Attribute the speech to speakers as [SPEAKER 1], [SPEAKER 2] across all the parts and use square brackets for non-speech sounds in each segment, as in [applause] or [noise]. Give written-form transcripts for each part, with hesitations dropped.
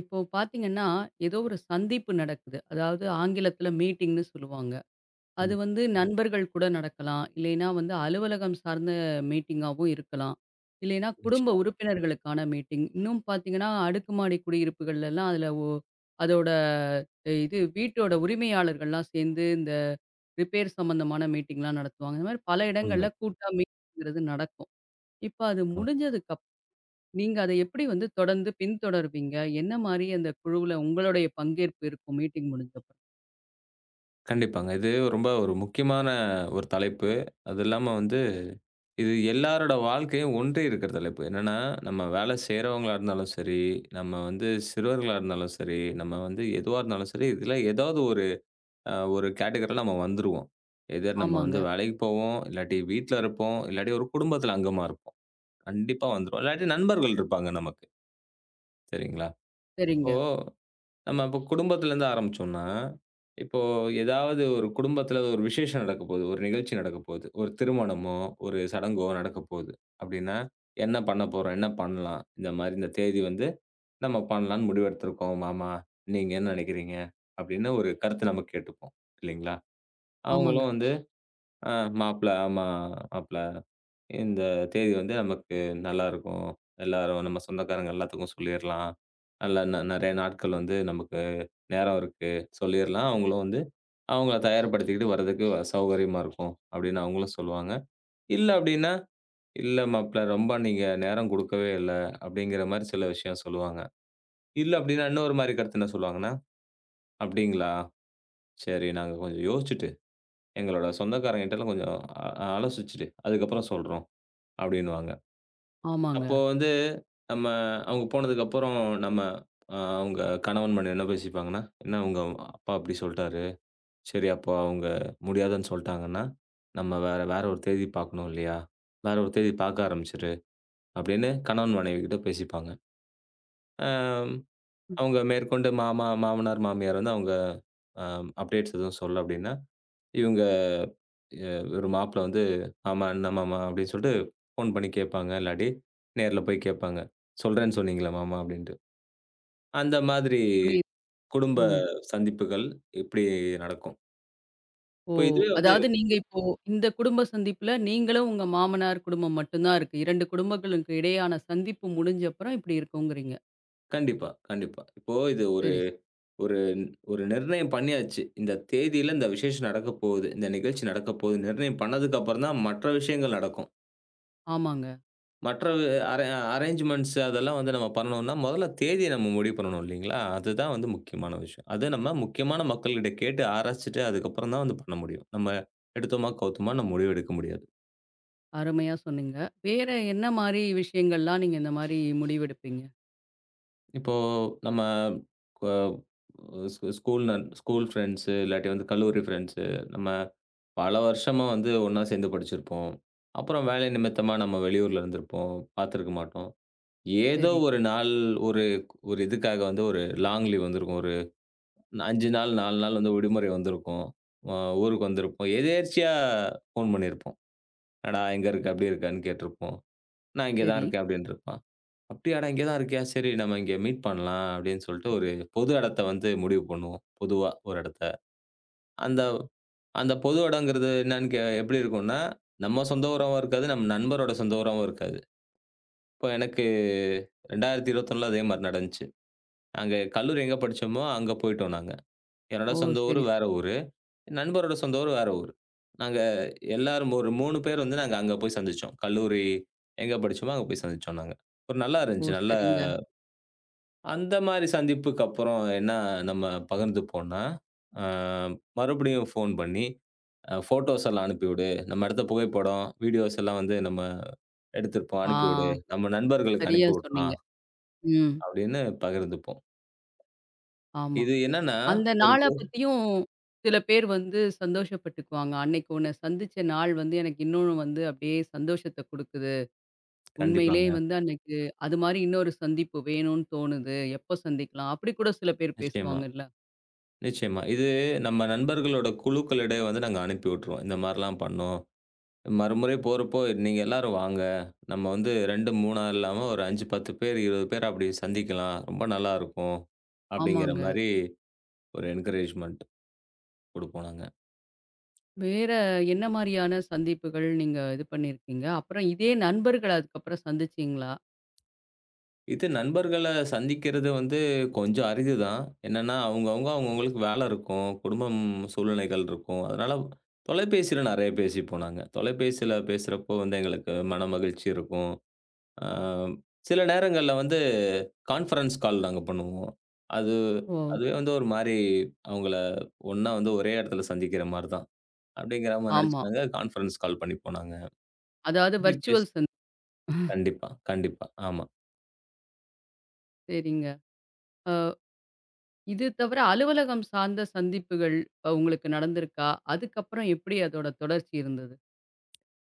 [SPEAKER 1] இப்போ பார்த்தீங்கன்னா, ஏதோ ஒரு சந்திப்பு நடக்குது. அதாவது ஆங்கிலத்தில மீட்டிங்ன்னு சொல்லுவாங்க. அது
[SPEAKER 2] கண்டிப்பா.
[SPEAKER 1] வந்து ம். நண்பர்கள் கூட நடக்கலாம். இல்லைன்னா வந்து அலுவலகம் சார்ந்த மீட்டிங்காவும் இருக்கலாம். இல்லைன்னா குடும்ப
[SPEAKER 2] நிச்சயமா.
[SPEAKER 1] உறுப்பினர்களுக்கான மீட்டிங். இன்னும் பார்த்தீங்கன்னா, அடுக்குமாடி குடியிருப்புகள்லலாம் அதில அதோட இது வீட்டோட உரிமையாளர்கள்லாம் சேர்ந்து இந்த ரிப்பேர் சம்மந்தமான மீட்டிங்லாம் நடத்துவாங்க. இந்த மாரி பல இடங்கள்ல
[SPEAKER 2] உண்மை.
[SPEAKER 1] கூட்டா மீட்டிங்கிறது நடக்கும். இப்ப அது
[SPEAKER 2] ஆமாங்க.
[SPEAKER 1] முடிஞ்சதுக்கு நீங்க அத எப்படி வந்து தொடர்ந்து பின்தொடர்வீங்க? என்ன மாரி அந்த குழுவுல உங்களுடைய பங்கேற்பு இருக்கும் மீட்டிங் முடிஞ்சப்பறம்?
[SPEAKER 2] கண்டிப்பாங்க. இது ரொம்ப ஒரு முக்கியமான ஒரு தலைப்பு. அது இல்லாம வந்து இது எல்லாரோட வாழ்க்கையும் ஒன்றி இருக்கிற தலைப்பு. என்னன்னா, நம்ம வேலை செய்றவங்களா இருந்தாலும் சரி, நம்ம வந்து சிறுவர்களா இருந்தாலும் சரி, நம்ம வந்து எதுவா இருந்தாலும் சரி, இதில ஏதாவது ஒரு ஒரு கேட்டகரில நம்ம வந்துருவோம். எதர் நம்ம வந்து
[SPEAKER 1] ஆமாங்க.
[SPEAKER 2] வேலைக்கு போவோம், இல்லாட்டி வீட்ல இருப்போம், இல்லாட்டி ஒரு குடும்பத்தில அங்கமா இருப்போம். கண்டிப்பா வந்துருவோம். இல்லாட்டி நண்பர்கள் இருப்பாங்க நமக்கு. சரிங்களா? இப்போ
[SPEAKER 1] சரிங்க.
[SPEAKER 2] நம்ம இப்போ குடும்பத்திலேருந்து ஆரம்பிச்சோம்னா, இப்போ ஏதாவது ஒரு குடும்பத்தில ஒரு விசேஷம் நடக்கப்போகுது. ஒரு நிகழ்ச்சி நடக்கப்போகுது. ஒரு திருமணமோ, ஒரு சடங்கோ நடக்கப்போகுது. அப்படின்னா, என்ன பண்ண போறோம்? என்ன பண்ணலாம்? இந்த மாரி இந்த தேதி வந்து நம்ம பண்ணலான்னு முடிவெடுத்திருக்கோம் மாமா. நீங்க என்ன நினைக்கிறீங்க? அப்படின்னு ஒரு கருத்து நம்ம கேட்டுப்போம். இல்லைங்களா?
[SPEAKER 1] ஆமாங்க,
[SPEAKER 2] அவங்களும் வந்து, "ஆ மாப்பிள ஆமா மாப்பிள இந்த தேதி வந்து நமக்கு நல்லாருக்கும். எல்லாரும் நம்ம சொந்தக்காரங்க எல்லாத்துக்கும் சொல்லிறலாம். நல்லா நெறைய நாட்கள் வந்து நமக்கு" நேரம் இருக்கு. சொல்லிர்லாம். அவங்களும் வந்து அவங்கள தயார்படுத்திக்கிட்டு வர்றதுக்கு சௌகரியமா இருக்கும் அப்படின்னு அவங்களும் சொல்லுவாங்க. இல்ல அப்படின்னா, "இல்ல மாப்ள ரொம்ப நீங்க நேரம் குடுக்கவே இல்ல." அப்படிங்கிற மாரி சில விஷயம் சொல்லுவாங்க. இல்ல அப்படின்னா இன்னொரு மாரி கருத்து என்ன சொல்லுவாங்கன்னா, "அப்படிங்களா? சரி நாங்க கொஞ்சம் யோசிச்சுட்டு, எங்களோட சொந்தக்காரங்ககிட்டலாம் கொஞ்சம் அ ஆலோசிச்சுட்டு அதுக்கப்புறம் சொல்றோம்." அப்படின்னுவாங்க.
[SPEAKER 1] ஆமாங்க.
[SPEAKER 2] அப்போ வந்து நம்ம அவங்க போனதுக்கப்புறம் நம்ம அவங்க கணவன் மனைவி என்ன பேசிப்பாங்கன்னா, "என்ன உங்க அப்பா இப்படி சொல்ட்டாரு." சரி, அப்போ அவங்க முடியாதுன்னு சொல்ட்டாங்கன்னா, நம்ம வேற வேற ஒரு தேதி பாக்கணும் இல்லையா? வேற ஒரு தேதி பாக்க ஆரம்பிச்சுரு, அப்படின்னு கணவன் மனைவி கிட்ட பேசிப்பாங்க. அ அவங்க மேற்கொண்டு மாமா, மாமனார், மாமியார் வந்து அவங்க அ அப்டேட்ஸ் எதுவும் சொல்ல அப்படின்னா, இவங்க எ ஒரு மாப்பிள வந்து, "மாமா, என்ன மாமா?" அப்படின்னு சொல்லிட்டு ஃபோன் பண்ணி கேட்பாங்க. இல்லாட்டி நேர்ல போய் கேட்பாங்க. "சொல்றேன்னு சொன்னீங்களே மாமா" அப்படின்ட்டு. அந்த மாதிரி
[SPEAKER 1] புரியுது.
[SPEAKER 2] குடும்ப
[SPEAKER 1] ம்.
[SPEAKER 2] சந்திப்புகள் இப்படி நடக்கும்.
[SPEAKER 1] ஓ!
[SPEAKER 2] இப்போ இதுவே வந்து
[SPEAKER 1] அதாவது நீங்க இப்போ இந்த குடும்ப சந்திப்புல நீங்களும் உங்க மாமனார் குடும்பம் மட்டும் தான் இருக்கு. 2 குடும்பங்களுக்கு இடையான சந்திப்பு முடிஞ்சப்பறம் இப்படி இருக்குங்கிறீங்க.
[SPEAKER 2] கண்டிப்பா, கண்டிப்பா. இப்போ இது ஒரு
[SPEAKER 1] சரி.
[SPEAKER 2] ஒரு ஒரு நிர்ணயம் பண்ணியாச்சு. இந்த தேதியில இந்த விசேஷம் நடக்கப் போகுது. இந்த நிகழ்ச்சி நடக்கப் போகுது. நிர்ணயம் பண்ணதுக்கு அப்புறம் தான் மற்ற விஷயங்கள் நடக்கும்.
[SPEAKER 1] ஆமாங்க.
[SPEAKER 2] மற்ற அரே அரேஞ்ச்மென்ட்ஸ் அதெல்லாம் வந்து நம்ம பண்ணணும்னா, முதல்ல தேதிய நம்ம முடிவு பண்ணணும் இல்லைங்களா? அதுதான் வந்து முக்கியமான விஷயம். அது நம்ம முக்கியமான மக்கள்கிட்ட கேட்டு ஆராய்ச்சிட்டு அதுக்கப்புறம் தான் வந்து பண்ண முடியும். நம்ம எடுத்தோமா, கவுத்தோமான்னு முடிவு எடுக்க முடியாது.
[SPEAKER 1] அருமையா சொன்னீங்க. வேற என்ன மாரி விஷயங்கள்லாம் நீங்க இந்த மாரி முடிவெடுப்பீங்க?
[SPEAKER 2] இப்போ நம்ம க ஸ்கூல் ஃப்ரெண்ட்ஸு, இல்லாட்டி வந்து கல்லூரி ஃப்ரெண்ட்ஸு, நம்ம பல வருஷமா வந்து ஒண்ணா சேர்ந்து படிச்சிருப்போம். அப்புறம் வேலை நிமித்தமா நம்ம வெளியூர்ல இருந்திருப்போம். பார்த்திருக்க மாட்டோம். ஏதோ
[SPEAKER 1] சரி,
[SPEAKER 2] ஒரு நாள் ஒரு ஒரு இதுக்காக வந்து ஒரு லாங் லீவ் வந்திருக்கும். ஒரு 5 நாள், 4 நாள் வந்து விடுமுறை வந்திருக்கும். அ ஊருக்கு வந்திருப்போம். எதேர்ச்சியா ஃபோன் பண்ணியிருப்போம். "என்னடா எங்க இருக்க? எப்படி இருக்கன்னு?" கேட்டிருப்போம். "நான் இங்க தான்
[SPEAKER 1] சரி.
[SPEAKER 2] இருக்கேன்" அப்படின்ருப்பான். அப்படியாடா! இங்கே தான் இருக்கியா? சரி நம்ம இங்கே மீட் பண்ணலாம் அப்படின்னு சொல்லிட்டு ஒரு பொது இடத்த வந்து முடிவு பண்ணுவோம். பொதுவா ஒரு இடத்த. அந்த அந்த பொது இடங்கிறது என்னன்னு எப்படி இருக்கும்னா, நம்ம சொந்த ஊராவும் இருக்காது, நம்ம நண்பரோட சொந்த ஊராவும் இருக்காது. இப்போ எனக்கு 2021ல அதே மாரி நடந்துச்சு. நாங்க கல்லூரி எங்க படிச்சோமோ அங்க போயிட்டோம் நாங்க. என்னோட
[SPEAKER 1] ஓ!
[SPEAKER 2] சொந்த ஊரு
[SPEAKER 1] சரி, சரி.
[SPEAKER 2] வேற ஊரு. நண்பரோட சொந்த ஊரு வேற ஊரு. நாங்க எல்லாரும் ஒரு 3 பேர் வந்து நாங்க அங்க போய் சந்திச்சோம். கல்லூரி எங்க படிச்சோமோ அங்க போய் சந்திச்சோம் நாங்க. ஒரு நல்லா
[SPEAKER 1] ஓ!
[SPEAKER 2] இருந்துச்சு. நல்ல
[SPEAKER 1] சரிங்க.
[SPEAKER 2] அந்த மாரி சந்திப்புக்கு அப்புறம் என்ன நம்ம பகிர்ந்துப்போம்னா, அ மறுபடியும் ஃபோன் பண்ணி, ஃபோட்டோஸ் எல்லாம் அனுப்பிவிடு. நம்ம எடுத்த புகைப்படம், வீடியோஸ் எல்லாம் வந்து நம்ம எடுத்திருப்போம்.
[SPEAKER 1] ஆ.
[SPEAKER 2] அனுப்பிவிடு. நம்ம நண்பர்களுக்கு
[SPEAKER 1] சரியா
[SPEAKER 2] அனுப்பி விடலாம்
[SPEAKER 1] சொன்னீங்க. ம்.
[SPEAKER 2] அப்படின்னு பகிர்ந்துப்போம்.
[SPEAKER 1] ஆமா.
[SPEAKER 2] இது என்னன்னா,
[SPEAKER 1] அந்த
[SPEAKER 2] ஒரு
[SPEAKER 1] நாள
[SPEAKER 2] போ
[SPEAKER 1] பத்தியும் சில பேர் வந்து சந்தோஷப்பட்டுக்குவாங்க. அன்னைக்கு உன்ன சந்திச்ச நாள் வந்து எனக்கு இன்னும் வந்து அப்படியே சந்தோஷத்த குடுக்குது. உண்மையிலேயே
[SPEAKER 2] கண்டிப்பாங்க.
[SPEAKER 1] வந்து அன்னைக்கு அது மாரி இன்னொரு சந்திப்பு வேணும்னு தோணுது. எப்ப சந்திக்கலாம்? அப்படி கூட சில பேர்
[SPEAKER 2] நிச்சயமா,
[SPEAKER 1] பேசுவாங்கல்ல.
[SPEAKER 2] நிச்சயமா. இது நம்ம நண்பர்களோட குழுக்களிடையே வந்து நாங்க அனுப்பி விட்டுருவோம். இந்த மாரிலாம் பண்ணோம். மறுமுறை போறப்போ, "நீங்க எல்லாரும் வாங்க. நம்ம வந்து 2, 3ஆ இல்லாம ஒரு 5, 10 பேர், 20 பேர் அப்படி சந்திக்கலாம். ரொம்ப நல்லாருக்கும்." அப்படிங்கிற
[SPEAKER 1] ஆமாங்க.
[SPEAKER 2] மாரி ஒரு என்கரேஜ்மென்ட் குடுப்போம் நாங்க.
[SPEAKER 1] வேற என்ன மாரியான சந்திப்புகள் நீங்க இது பண்ணியிருக்கீங்க? அப்புறம் இதே நண்பர்கள அதுக்கப்புறம் சந்திச்சீங்களா?
[SPEAKER 2] இது நண்பர்கள சந்திக்கிறது வந்து கொஞ்சம் அரிது தான். என்னன்னா, அவங்கவங்களுக்கு வேல இருக்கும். குடும்பம் சூழ்நிலைகள் இருக்கும். அதனால தொலைபேசியில நெறைய பேசிப்போம் நாங்க. தொலைபேசியில பேசுறப்போ வந்து எங்களுக்கு மனமகிழ்ச்சி இருக்கும். அ சில நேரங்கள்ல வந்து கான்ஃபரன்ஸ் கால் நாங்க பண்ணுவோம். அது
[SPEAKER 1] ஓ!
[SPEAKER 2] அதுவே வந்து ஒரு மாரி அவங்கள ஒண்ணா வந்து ஒரே இடத்துல சந்திக்கிற மாரி தான். அப்படிங்கிற மாரி
[SPEAKER 1] ஆமா.
[SPEAKER 2] நெனச்சு நாங்க கான்ஃபரன்ஸ் கால் பண்ணிப்போம் நாங்க.
[SPEAKER 1] அதாவது
[SPEAKER 2] அப்படி பேசி
[SPEAKER 1] வர்ச்சுவல் சந்தி.
[SPEAKER 2] கண்டிப்பா, கண்டிப்பா. ஆமா.
[SPEAKER 1] சரிங்க. இது தவிர அலுவலகம் சார்ந்த சந்திப்புகள் உங்களுக்கு நடந்திருக்கா? அதுக்கப்புறம் எப்படி அதோட தொடர்ச்சி இருந்தது?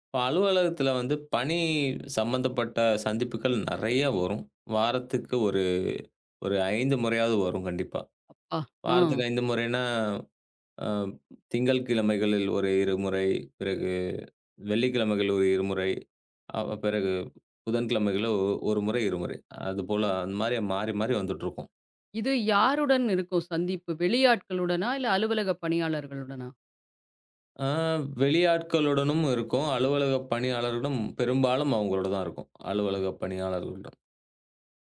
[SPEAKER 2] இப்ப அலுவலகத்துல வந்து பணி சம்பந்தப்பட்ட சந்திப்புகள் நெறைய வரும். வாரத்துக்கு ஒரு ஒரு 5 முறையாவது வரும் கண்டிப்பா.
[SPEAKER 1] அப்பா! ஆ.
[SPEAKER 2] வாரத்துக்கு 5 முறைன்னா, அ திங்கள் கிழமைகளில் ஒரு 2 முறை, பிறகு வெள்ளிக்கிழமைகள் ஒரு 2 முறை. பிறகு புதன்கிழமைகள்ல ஒ ஒரு முறை, இருமுறை. அதுபோல அந்த மாரி மாறி, மாறி வந்துட்டுருக்கும்.
[SPEAKER 1] இது யாருடன் இருக்கும் சந்திப்பு? வெளியாட்களுடனா? இல்ல அலுவலக பணியாளர்களுடனா?
[SPEAKER 2] ஆ வெளியாட்களுடனும் இருக்கும். அலுவலக பணியாளர்களும் பெரும்பாலும் அவங்களோட தான் இருக்கும். அலுவலக பணியாளர்களிடம்.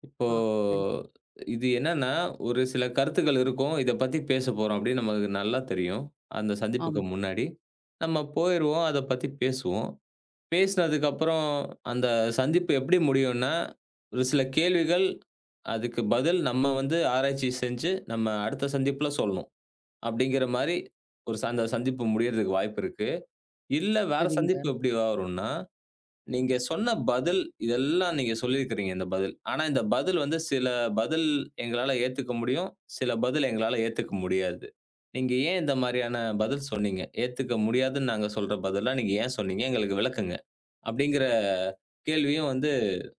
[SPEAKER 2] இப்போ
[SPEAKER 1] ஆ சரி.
[SPEAKER 2] இது என்னன்னா, ஒரு சில கருத்துக்கள் இருக்கும். இத பத்தி பேசப் போறோம் அப்படின்னு நமக்கு நல்லா தெரியும். அந்த சந்திப்புக்கு
[SPEAKER 1] ஆமா.
[SPEAKER 2] முன்னாடி. நம்ம போயிருவோம். அத பத்தி பேசுவோம். பேசினதுக்கு அப்புறம் அந்த சந்திப்பு எப்படி முடியும்னா, ஒரு சில கேள்விகள் அதுக்கு பதில் நம்ம வந்து ஆராய்ச்சி செஞ்சு, நம்ம அடுத்த சந்திப்புல சொல்லணும். அப்படிங்கிற மாரி அந்த சந்திப்பு முடியறதுக்கு வாய்ப்பு இருக்கு. இல்ல வேற சந்திப்பு
[SPEAKER 1] சரிங்க.
[SPEAKER 2] எப்படி வரும்னா, நீங்க சொன்ன பதில் இதெல்லாம் நீங்க சொல்லியிருக்கிறீங்க இந்த பதில். ஆனா இந்த பதில் வந்து சில பதில் எங்களால ஏத்துக்க முடியும். சில பதில் எங்களால ஏத்துக்க முடியாது. நீங்க ஏன் இந்த மாரியான பதில் சொன்னீங்க? ஏத்துக்க முடியாதுன்னு நாங்க சொல்ற பதிலா நீங்க ஏன் சொன்னீங்க? எங்களுக்கு விளக்குங்க. அப்படிங்கிற கேள்வியும் வந்து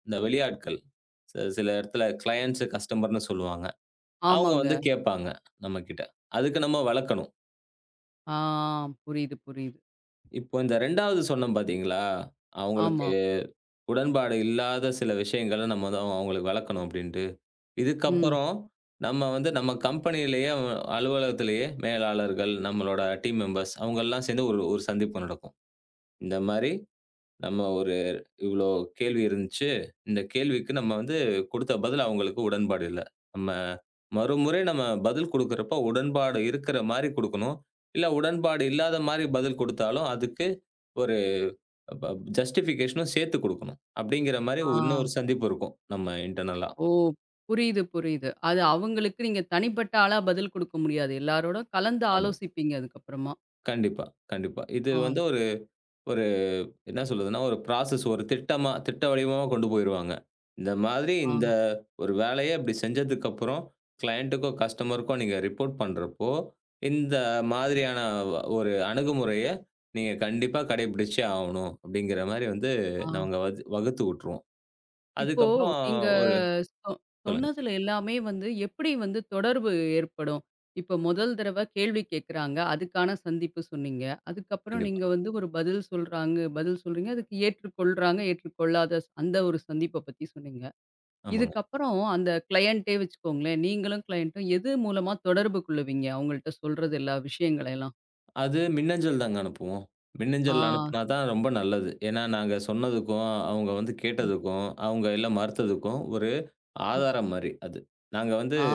[SPEAKER 2] இந்த வெளியாட்கள், சில இடத்துல கிளையண்ட்ஸ், கஸ்டமர்ன்னு சொல்லுவாங்க. அவங்க
[SPEAKER 1] ஆமாங்க.
[SPEAKER 2] வந்து கேட்பாங்க நம்மகிட்ட. அதுக்கு நம்ம வளர்க்கணும்.
[SPEAKER 1] ஆ புரியுது, புரியுது.
[SPEAKER 2] இப்போ இந்த 2வது சொன்னேன் பார்த்தீங்களா?
[SPEAKER 1] ஆமா.
[SPEAKER 2] அவங்களுக்கு உடன்பாடு இல்லாத சில விஷயங்கள நம்ம தான் அவங்களுக்கு வளர்க்கணும் அப்டின்ட்டு.
[SPEAKER 1] ம்.
[SPEAKER 2] இதுக்கப்புறம் நம்ம வந்து நம்ம கம்பெனியிலேயே அலுவலகத்திலேயே மேலாளர்கள், நம்மளோட டீம் மெம்பர்ஸ் அவங்கலாம் சேர்ந்து ஒரு ஒரு சந்திப்பு நடக்கும். இந்த மாரி நம்ம ஒரு இவ்ளோ கேள்வி இருந்துச்சு. இந்த கேள்விக்கு நம்ம வந்து குடுத்த பதில் அவங்களுக்கு உடன்பாடு இல்ல. நம்ம மறுமுறை நம்ம பதில் குடுக்குறப்போ உடன்பாடு இருக்கிற மாரி குடுக்கணும். இல்ல உடன்பாடு இல்லாத மாரி பதில் குடுத்தாலும், அதுக்கு ஒரு ப ஜஸ்டிஃபிகேஷனும் சேத்து குடுக்கணும். அப்படிங்கிற மாரி
[SPEAKER 1] ஆ.
[SPEAKER 2] இன்னும் ஒரு சந்திப்பு இருக்கும். நம்ம இன்டர்னலா.
[SPEAKER 1] ஓ! புரியுது, புரியுது. அது அவங்களுக்கு நீங்க தனிப்பட்ட ஆளா பதில் குடுக்க முடியாது. எல்லாரோட கலந்து
[SPEAKER 2] ஆமா.
[SPEAKER 1] ஆலோசிப்பீங்க அதுக்கப்புறமா.
[SPEAKER 2] கண்டிப்பா, கண்டிப்பா. இது
[SPEAKER 1] ஆ,
[SPEAKER 2] வந்து ஒரு என்ன சொல்லுதுன்னா, ஒரு ப்ராசஸ் ஒரு திட்டமா திட்ட வடிவமா கொண்டு போயிருவாங்க. இந்த மாதிரி
[SPEAKER 1] ஆ,
[SPEAKER 2] இந்த ஒரு வேலைய இப்படி செஞ்சதுக்கப்புறம், கிளையன்ட்டுக்கோ, கஸ்டமருக்கோ நீங்க ரிப்போர்ட் பண்றப்போ, இந்த மாதிரியான ஒரு அணுகுமுறைய நீங்க கண்டிப்பா கடைபிடிச்சே ஆவணும். அப்படிங்கிற மாரி வந்து
[SPEAKER 1] ஆ.
[SPEAKER 2] நாங்க வகுத்து விட்டுருவோம்.
[SPEAKER 1] இப்போ
[SPEAKER 2] அதுக்கப்புறம்
[SPEAKER 1] நீங்க
[SPEAKER 2] ஒரு
[SPEAKER 1] சொ
[SPEAKER 2] சொல்லுங்க.
[SPEAKER 1] சொன்னதுல எல்லாமே வந்து எப்படி வந்து தொடர்பு ஏற்படும்? இப்ப முதல் தடவ கேள்வி கேட்குறாங்க. அதுக்கான சந்திப்பு சொன்னீங்க. அதுக்கப்புறம்
[SPEAKER 2] கண்டிப்பா.
[SPEAKER 1] நீங்க வந்து ஒரு பதில் சொல்றாங்க பதில் சொல்றீங்க. அதுக்கு ஏற்றுக்கொள்றாங்க, ஏற்றுக்கொள்ளாத அந்த ஒரு சந்திப்ப பத்தி சொன்னீங்க.
[SPEAKER 2] ஆமாங்க.
[SPEAKER 1] இதுக்கப்புறம் அந்த கிளையண்ட்டே வச்சுக்கோங்களேன். நீங்களும் கிளையண்ட்டும் எது மூலமா தொடர்பு கொள்ளுவீங்க? அவங்கள்ட்ட சொல்றது எல்லா விஷயங்களையெல்லாம்.
[SPEAKER 2] அது மின்னஞ்சல் தாங்க அனுப்புவோம். மின்னஞ்சல்
[SPEAKER 1] ஆ.
[SPEAKER 2] அனுப்புனா தான் ரொம்ப நல்லது. ஏன்னா, நாங்க சொன்னதுக்கும், அவங்க வந்து
[SPEAKER 1] ம்,
[SPEAKER 2] கேட்டதுக்கும், அவங்க எல்லாம் மறுத்ததுக்கும் ஒரு
[SPEAKER 1] ம்.
[SPEAKER 2] ஆதாரம் மாரி அது. நாங்க வந்து
[SPEAKER 1] ஆ.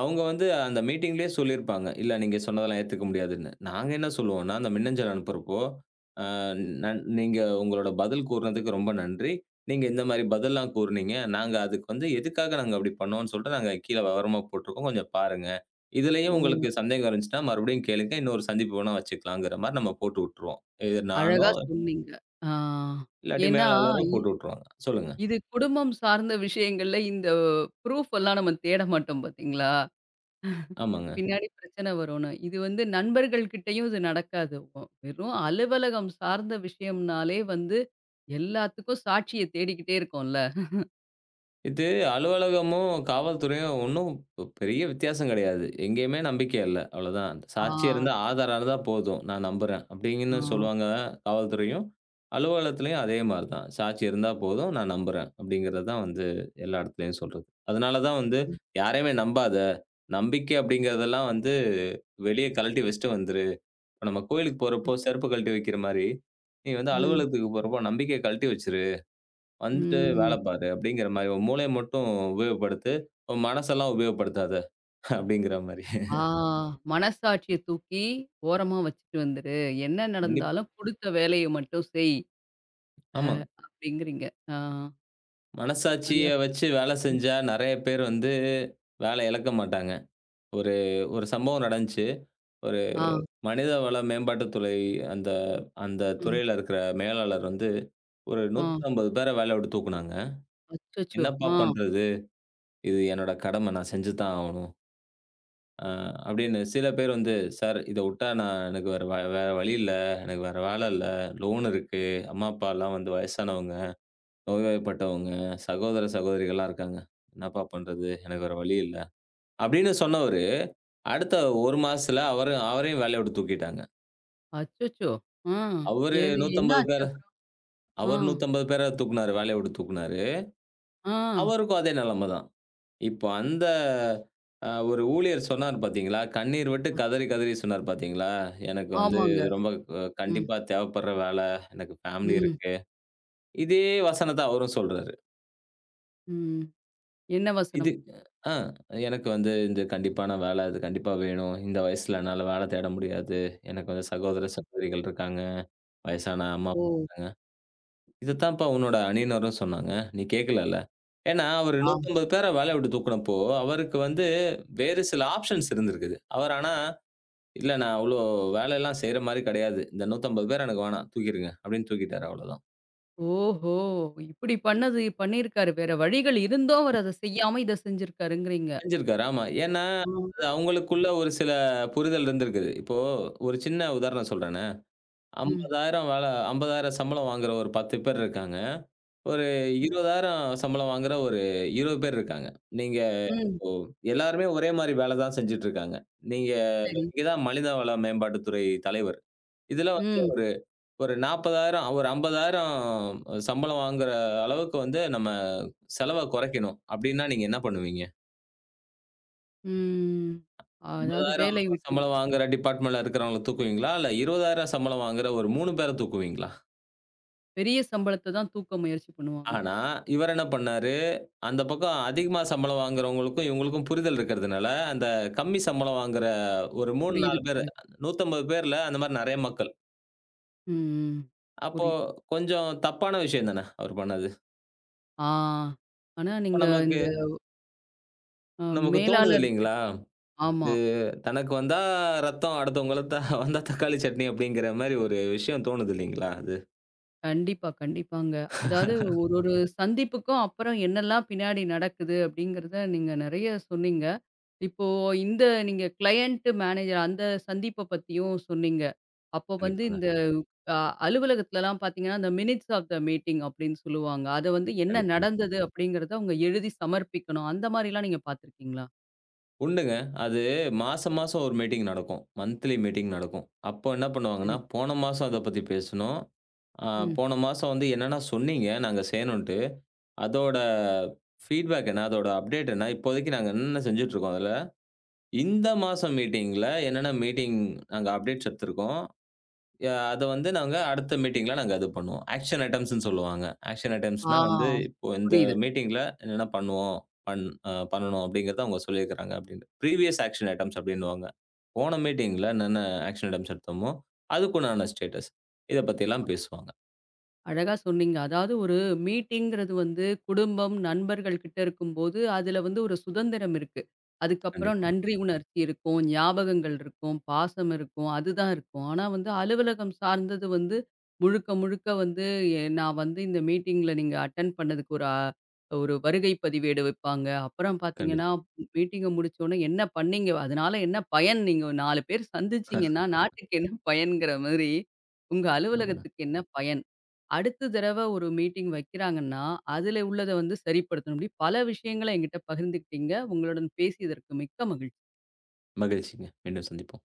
[SPEAKER 2] அவங்க வந்து அந்த மீட்டிங்லயே சொல்லியிருப்பாங்க. இல்ல நீங்க சொன்னதெல்லாம் ஏத்துக்க முடியாதுன்னு. நாங்க என்ன சொல்லுவோம்னா, அந்த மின்னஞ்சல் அனுப்புறப்போ, அ
[SPEAKER 1] ம்.
[SPEAKER 2] நீங்க உங்களோட பதில் கூறுனதுக்கு ரொம்ப நன்றி. நீங்க இந்த மாரி பதில்லாம் கூறுனீங்க. நாங்க அதுக்கு வந்து எதுக்காக நாங்க அப்படி பண்ணோம்ன்னு சொல்லிட்டு நாங்க கீழ விவரமா போட்டிருக்கோம். கொஞ்சம் பாருங்க. இதுலயும்
[SPEAKER 1] ஓ!
[SPEAKER 2] உங்களுக்கு சந்தேகம் இருந்துச்சுன்னா, மறுபடியும் கேளுங்க. இன்னொரு சந்திப்பு வேணா வச்சுக்கலாங்கிற மாரி நம்ம போட்டு விட்டுருவோம். இது நானோ
[SPEAKER 1] அழகா சொன்னீங்க. ஆ.
[SPEAKER 2] இல்லாட்டி
[SPEAKER 1] ஏன்னா
[SPEAKER 2] மேலாளரோ போட்டு விட்டுருவாங்க. சொல்லுங்க.
[SPEAKER 1] இது குடும்பம் சார்ந்த விஷயங்கள்ல இந்த ப்ரூஃப் எல்லாம் நம்ம தேட மாட்டோம் பார்த்தீங்களா?
[SPEAKER 2] ஆமாங்க.
[SPEAKER 1] பின்னாடி பிரச்சனை வரும்னு. இது வந்து நண்பர்கள் கிட்டயும் இது நடக்காது. வெறும் அலுவலகம் சார்ந்த விஷயம்னாலே வந்து எல்லாத்துக்கும் சாட்சிய தேடிக்கிட்டே இருக்கோம்ல.
[SPEAKER 2] இது அலுவலகமும், காவல்துறையும் ஒண்ணும் பெரிய வித்தியாசம் கிடையாது. எங்கேயுமே நம்பிக்கை இல்ல. அவ்வளதான்.
[SPEAKER 1] ஆ
[SPEAKER 2] சாட்சியா இருந்தா,
[SPEAKER 1] அதுதான்.
[SPEAKER 2] ஆதாரம் இருந்தா போதும். நான் நம்புறேன்.
[SPEAKER 1] ஆ.
[SPEAKER 2] அப்டிங்கன்னு சொல்லுவாங்க காவல்துறையும். அலுவலகத்திலயும் அதே மாரி தான். சாட்சி இருந்தா போதும், நான் நம்புறேன். அப்டிங்கிறது தான் வந்து எல்லா இடத்துலயும் சொல்றது. அதனால தான் வந்து யாரையுமே நம்பாத. நம்பிக்கை அப்டிங்கிறதெல்லாம் வந்து வெளிய கழட்டி வச்சுட்டு வந்துரு. இப்ப நம்ம கோயிலுக்கு போறப்போ, செருப்பு கழட்டி வைக்கிற மாரி, நீ வந்து
[SPEAKER 1] ம்.
[SPEAKER 2] அலுவலகத்துக்கு போறப்போ நம்பிக்கைய கழட்டி வச்சிரு. வந்துட்டு வேலை
[SPEAKER 1] ம்.
[SPEAKER 2] பாரு அப்படிங்கிற மாரி. உன் மூளைய மட்டும் உபயோகப்படுத்து. உன் மனசெல்லாம் உபயோகப்படுத்தாத அப்படிங்கிற மாரி.
[SPEAKER 1] ஆ மனசாட்சிய தூக்கி ஓரமா வச்சுட்டு வந்துரு. என்ன
[SPEAKER 2] கண்டிப்பா.
[SPEAKER 1] நடந்தாலும் குடுத்த வேலைய மட்டும் செய். அ
[SPEAKER 2] ஆமா.
[SPEAKER 1] அப்படிங்கிறீங்க. ஆ நல்லா
[SPEAKER 2] மனசாட்சிய
[SPEAKER 1] சொன்னீங்க.
[SPEAKER 2] வச்சு வேலை செஞ்சா நெறைய பேர் வந்து வேலை இழக்க மாட்டாங்க. ஒரு ஒரு சம்பவம் நடந்துச்சு. ஒரு
[SPEAKER 1] ஆ.
[SPEAKER 2] மனித வள மேம்பாட்டுத்துறை அந்த அந்த
[SPEAKER 1] ஆ.
[SPEAKER 2] துறையில இருக்கிற மேலாளர் வந்து ஒரு
[SPEAKER 1] ஆ.
[SPEAKER 2] 150 பேர வேலைய விட்டு தூக்குனாங்க.
[SPEAKER 1] அச்சச்சோ!
[SPEAKER 2] "என்னப்பா
[SPEAKER 1] ஆ.
[SPEAKER 2] பண்றது? இது என்னோட கடமை. நான் செஞ்சு தான் ஆவணும்." அ அப்படின்னு சில பேர் வந்து, "சார் இத உட்டா நான் எனக்கு வேற வேற வழி இல்ல. எனக்கு வேற வேலை இல்ல. லோன் இருக்கு. அம்மா, அப்பாலாம் வந்து வயசானவங்க, நோய்வாய்ப்பட்டவங்க, சகோதர சகோதரிகள்லாம் இருக்காங்க. என்னப்பா பண்றது? எனக்கு வேற வழி இல்ல." அப்படின்னு சொன்னவரு, அடுத்த 1 மாசத்துல அவரு அவரையும் வேலைய விட்டு தூக்கிட்டாங்க.
[SPEAKER 1] அச்சச்சோ! ஆ எது
[SPEAKER 2] அவரு
[SPEAKER 1] என்ன
[SPEAKER 2] 150
[SPEAKER 1] ஆச்சு
[SPEAKER 2] பேர
[SPEAKER 1] அப்புறம்? ஆ,
[SPEAKER 2] அவர் 150 பேர தூக்குனாரு. வேலைய விட்டு தூக்குனாரு.
[SPEAKER 1] ஆ,
[SPEAKER 2] அவருக்கும் அதே நிலைமை தான். இப்ப அந்த ஒரு ஊழியர் சொன்னார் பார்த்தீங்களா, கண்ணீர் விட்டு கதறி, கதறி சொன்னார் பார்த்தீங்களா, "எனக்கு வந்து
[SPEAKER 1] ஆமாங்க.
[SPEAKER 2] இது ரொம்ப
[SPEAKER 1] ம்,
[SPEAKER 2] கண்டிப்பா தேவைப்படுற வேலை. எனக்கு ஃபேமிலி
[SPEAKER 1] ம்,
[SPEAKER 2] இருக்கு." இதே வசனத்த அவரும் சொல்றாரு.
[SPEAKER 1] ம். என்ன
[SPEAKER 2] இது
[SPEAKER 1] வசனம்?
[SPEAKER 2] அ "எனக்கு வந்து இந்த கண்டிப்பான வேலை. இது கண்டிப்பா வேணும். இந்த வயசுல என்னால வேலை தேட முடியாது. எனக்கு வந்து சகோதர,
[SPEAKER 1] ம்.
[SPEAKER 2] சகோதரிகள் இருக்காங்க. வயசான அம்மா
[SPEAKER 1] ஓ!
[SPEAKER 2] இதத்தான்ப்பா உன்னோட அணியினரும் சொன்னாங்க. நீ கேட்கலல்ல. ஏன்னா, அவரு
[SPEAKER 1] ஆ.
[SPEAKER 2] 150 பேர வேலைய விட்டு தூக்குனப்போ, அவருக்கு வந்து வேறு சில ஆப்ஷன்ஸ் இருந்திருக்குது. அவர் ஆனா, "இல்ல நான் அவ்ளோ வேலைலாம் செய்ற மாரி கிடையாது. இந்த 150 பேர் எனக்கு வேணாம். தூக்கிருங்க." அப்படின்னு தூக்கிட்டாரு அவ்வளோதான்.
[SPEAKER 1] ஓஹோ! இப்படி பண்ணது பண்ணியிருக்காரு. வேற வழிகள் இருந்தும் அவர் அத செய்யாம இத செஞ்சிருக்காருங்கிறீங்க.
[SPEAKER 2] செஞ்சிருக்காரு. ஆமா. ஏன்னா,
[SPEAKER 1] ஆ.
[SPEAKER 2] அது அவங்களுக்குள்ள ஒரு சில புரிதல் இருந்திருக்குது. இப்போ ஒரு சின்ன உதாரணம் சொல்றேன்
[SPEAKER 1] ம்,
[SPEAKER 2] 50,000 சம்பளம் வாங்குற ஒரு 10 பேர் இருக்காங்க. ஒரு
[SPEAKER 1] ம்,
[SPEAKER 2] 20,000 சம்பளம் வாங்குற ஒரு 20 பேர் இருக்காங்க. நீங்க
[SPEAKER 1] ம்.
[SPEAKER 2] இப்போ எல்லாருமே ஒரே மாரி வேல தான் செஞ்சுட்டு இருக்காங்க. நீங்க
[SPEAKER 1] சரி.
[SPEAKER 2] நீங்க தான் மனிதவள மேம்பாட்டுத்துறை தலைவர். இதுல வந்து
[SPEAKER 1] ம்,
[SPEAKER 2] ஒரு ஒரு 40,000 ஒரு 50,000 சம்பளம் வாங்குற அளவுக்கு வந்து நம்ம செலவ குறைக்கணும் அப்டின்னா நீங்க என்ன பண்ணுவீங்க?
[SPEAKER 1] ம். அதாவது
[SPEAKER 2] 50,000
[SPEAKER 1] வேலை விட்டுட்டு
[SPEAKER 2] சம்பளம் வாங்குற டிபார்ட்மெண்ட்ல இருக்கிறவங்கள தூக்குவீங்களா? இல்ல 20,000 சம்பளம் வாங்குற ஒரு 3 பேர தூக்குவீங்களா?
[SPEAKER 1] பெரிய சம்பளத்த தான் தூக்க முயற்சி பண்ணுவாங்க.
[SPEAKER 2] ஆனா, இவரு என்ன பண்ணாரு? அந்த பக்கம் அதிகமா சம்பளம் வாங்குறவங்களுக்கும், இவங்களுக்கும் புரிதல் இருக்கிறதுனால, அந்த கம்மி சம்பளம் வாங்குற ஒரு 3,
[SPEAKER 1] புரியுது,
[SPEAKER 2] 4 பேரு,
[SPEAKER 1] புரியுது.
[SPEAKER 2] 150 பேர்ல அந்த மாரி நெறைய மக்கள்.
[SPEAKER 1] ம், ம்.
[SPEAKER 2] அப்போ
[SPEAKER 1] புரியுது.
[SPEAKER 2] கொஞ்சம் தப்பான விஷயம் தானே அவர் பண்ணது.
[SPEAKER 1] ஆ. ஆனா
[SPEAKER 2] இப்ப
[SPEAKER 1] நீங்க
[SPEAKER 2] நமக்கு
[SPEAKER 1] இந்த அ
[SPEAKER 2] நமக்கு தோணுது
[SPEAKER 1] மேலாளர்
[SPEAKER 2] இல்லைங்களா?
[SPEAKER 1] ஆமா.
[SPEAKER 2] இது தனக்கு வந்தா ரத்தம், அடுத்தவங்களுக்கு வந்தா தக்காளி சட்னி அப்படிங்கிற மாரி ஒரு விஷயம் தோணுது இல்லைங்களா? அது.
[SPEAKER 1] கண்டிப்பா, கண்டிப்பாங்க. அதாவது ம். ஒரு ஒரு சந்திப்புக்கும் அப்புறம் என்னெல்லாம் பின்னாடி நடக்குது அப்படிங்கிறத நீங்க நெறைய சொன்னீங்க. இப்போ இந்த நீங்க கிளையன்ட் மேனேஜர் அந்த சந்திப்ப பத்தியும் சொன்னீங்க. அப்போ வந்து
[SPEAKER 2] கண்டிப்பாங்க.
[SPEAKER 1] இந்த அ அலுவலகத்துலலாம் பார்த்தீங்கன்னா, இந்த மினிட்ஸ் ஆஃப் த மீட்டிங் அப்படின்னு சொல்லுவாங்க. அத வந்து என்ன
[SPEAKER 2] கண்டிப்பா.
[SPEAKER 1] நடந்தது அப்படிங்கிறத அவங்க எழுதி சமர்ப்பிக்கணும். அந்த மாரிலாம் நீங்க பார்த்துருக்கீங்களா?
[SPEAKER 2] உண்டுங்க. அது மாசம், மாசம் ஒரு மீட்டிங் நடக்கும். மந்த்லி மீட்டிங் நடக்கும். அப்போ என்ன
[SPEAKER 1] சரி.
[SPEAKER 2] பண்ணுவாங்கன்னா, போன மாசம் அத பத்தி பேசுனோம். அ
[SPEAKER 1] ம்.
[SPEAKER 2] போன மாசம் வந்து என்னென்ன சொன்னீங்க நாங்க செய்யணுன்ட்டு, அதோட ஃபீட்பேக் என்ன? அதோட அப்டேட் என்ன? இப்போதைக்கு நாங்க என்னென்ன செஞ்சுட்ருக்கோம் அதுல? இந்த மாசம் மீட்டிங்ல என்னென்ன மீட்டிங் நாங்க அப்டேட்ஸ் எடுத்திருக்கோம்? அத வந்து நாங்க அடுத்த மீட்டிங்ல நாங்க அது பண்ணுவோம். ஆக்ஷன் ஐட்டம்ஸ்ன்னு சொல்லுவாங்க. ஆக்ஷன்
[SPEAKER 1] ஆ.
[SPEAKER 2] ஐட்டம்ஸ்ன்னா வந்து இப்போ இந்த
[SPEAKER 1] புரியுது.
[SPEAKER 2] மீட்டிங்ல என்னென்ன பண்ணுவோம், பண் பண்ணணும் அப்படிங்கிறத அவங்க சொல்லியிருக்கிறாங்க அப்படின்னு. ப்ரீவியஸ் ஆக்ஷன் ஐட்டம்ஸ் அப்படின்னுவாங்க. போன மீட்டிங்ல என்னென்ன ஆக்ஷன் ஐட்டம்ஸ் எடுத்தோமோ, அதுக்குண்டான ஸ்டேட்டஸ். இத பத்திலாம் பேசுவாங்க.
[SPEAKER 1] அழகா சொன்னீங்க. அதாவது ஒரு மீட்டிங்கிறது வந்து குடும்பம், நண்பர்கள் கிட்ட இருக்கும்போது, அதுல வந்து ஒரு சுதந்திரம் இருக்கு. அதுக்கப்புறம்
[SPEAKER 2] கண்டிப்பா,
[SPEAKER 1] நன்றி உணர்ச்சி இருக்கும், ஞாபகங்கள் இருக்கும், பாசம் இருக்கும், அதுதான் இருக்கும். ஆனா வந்து அலுவலகம் சார்ந்தது வந்து முழுக்க முழுக்க வந்து நான் வந்து இந்த மீட்டிங்ல நீங்க அட்டெண்ட் பண்ணதுக்கு ஒரு ஒரு வருகை பதிவேடு வைப்பாங்க. அப்புறம் பார்த்தீங்கன்னா,
[SPEAKER 2] கண்டிப்பா.
[SPEAKER 1] மீட்டிங்க முடிச்சோனே என்ன பண்ணீங்க? அதனால என்ன பயன்? நீங்க 4 பேர் சந்திச்சீங்கன்னா,
[SPEAKER 2] [laughs]
[SPEAKER 1] நாட்டுக்கு என்ன பயன்ங்கிற மாதிரி, உங்க
[SPEAKER 2] ஆமாங்க.
[SPEAKER 1] அலுவலகத்துக்கு என்ன பயன்? அடுத்த தடவ ஒரு மீட்டிங் வைக்கிறாங்கன்னா, அதில உள்ளத வந்து சரிப்படுத்தணும். இப்படி பல விஷயங்கள என்கிட்ட பகிர்ந்துக்கிட்டீங்க. உங்களுடன் பேசியதற்கு மிக்க மகிழ்ச்சி.
[SPEAKER 2] மகிழ்ச்சிங்க. மீண்டும் சந்திப்போம்.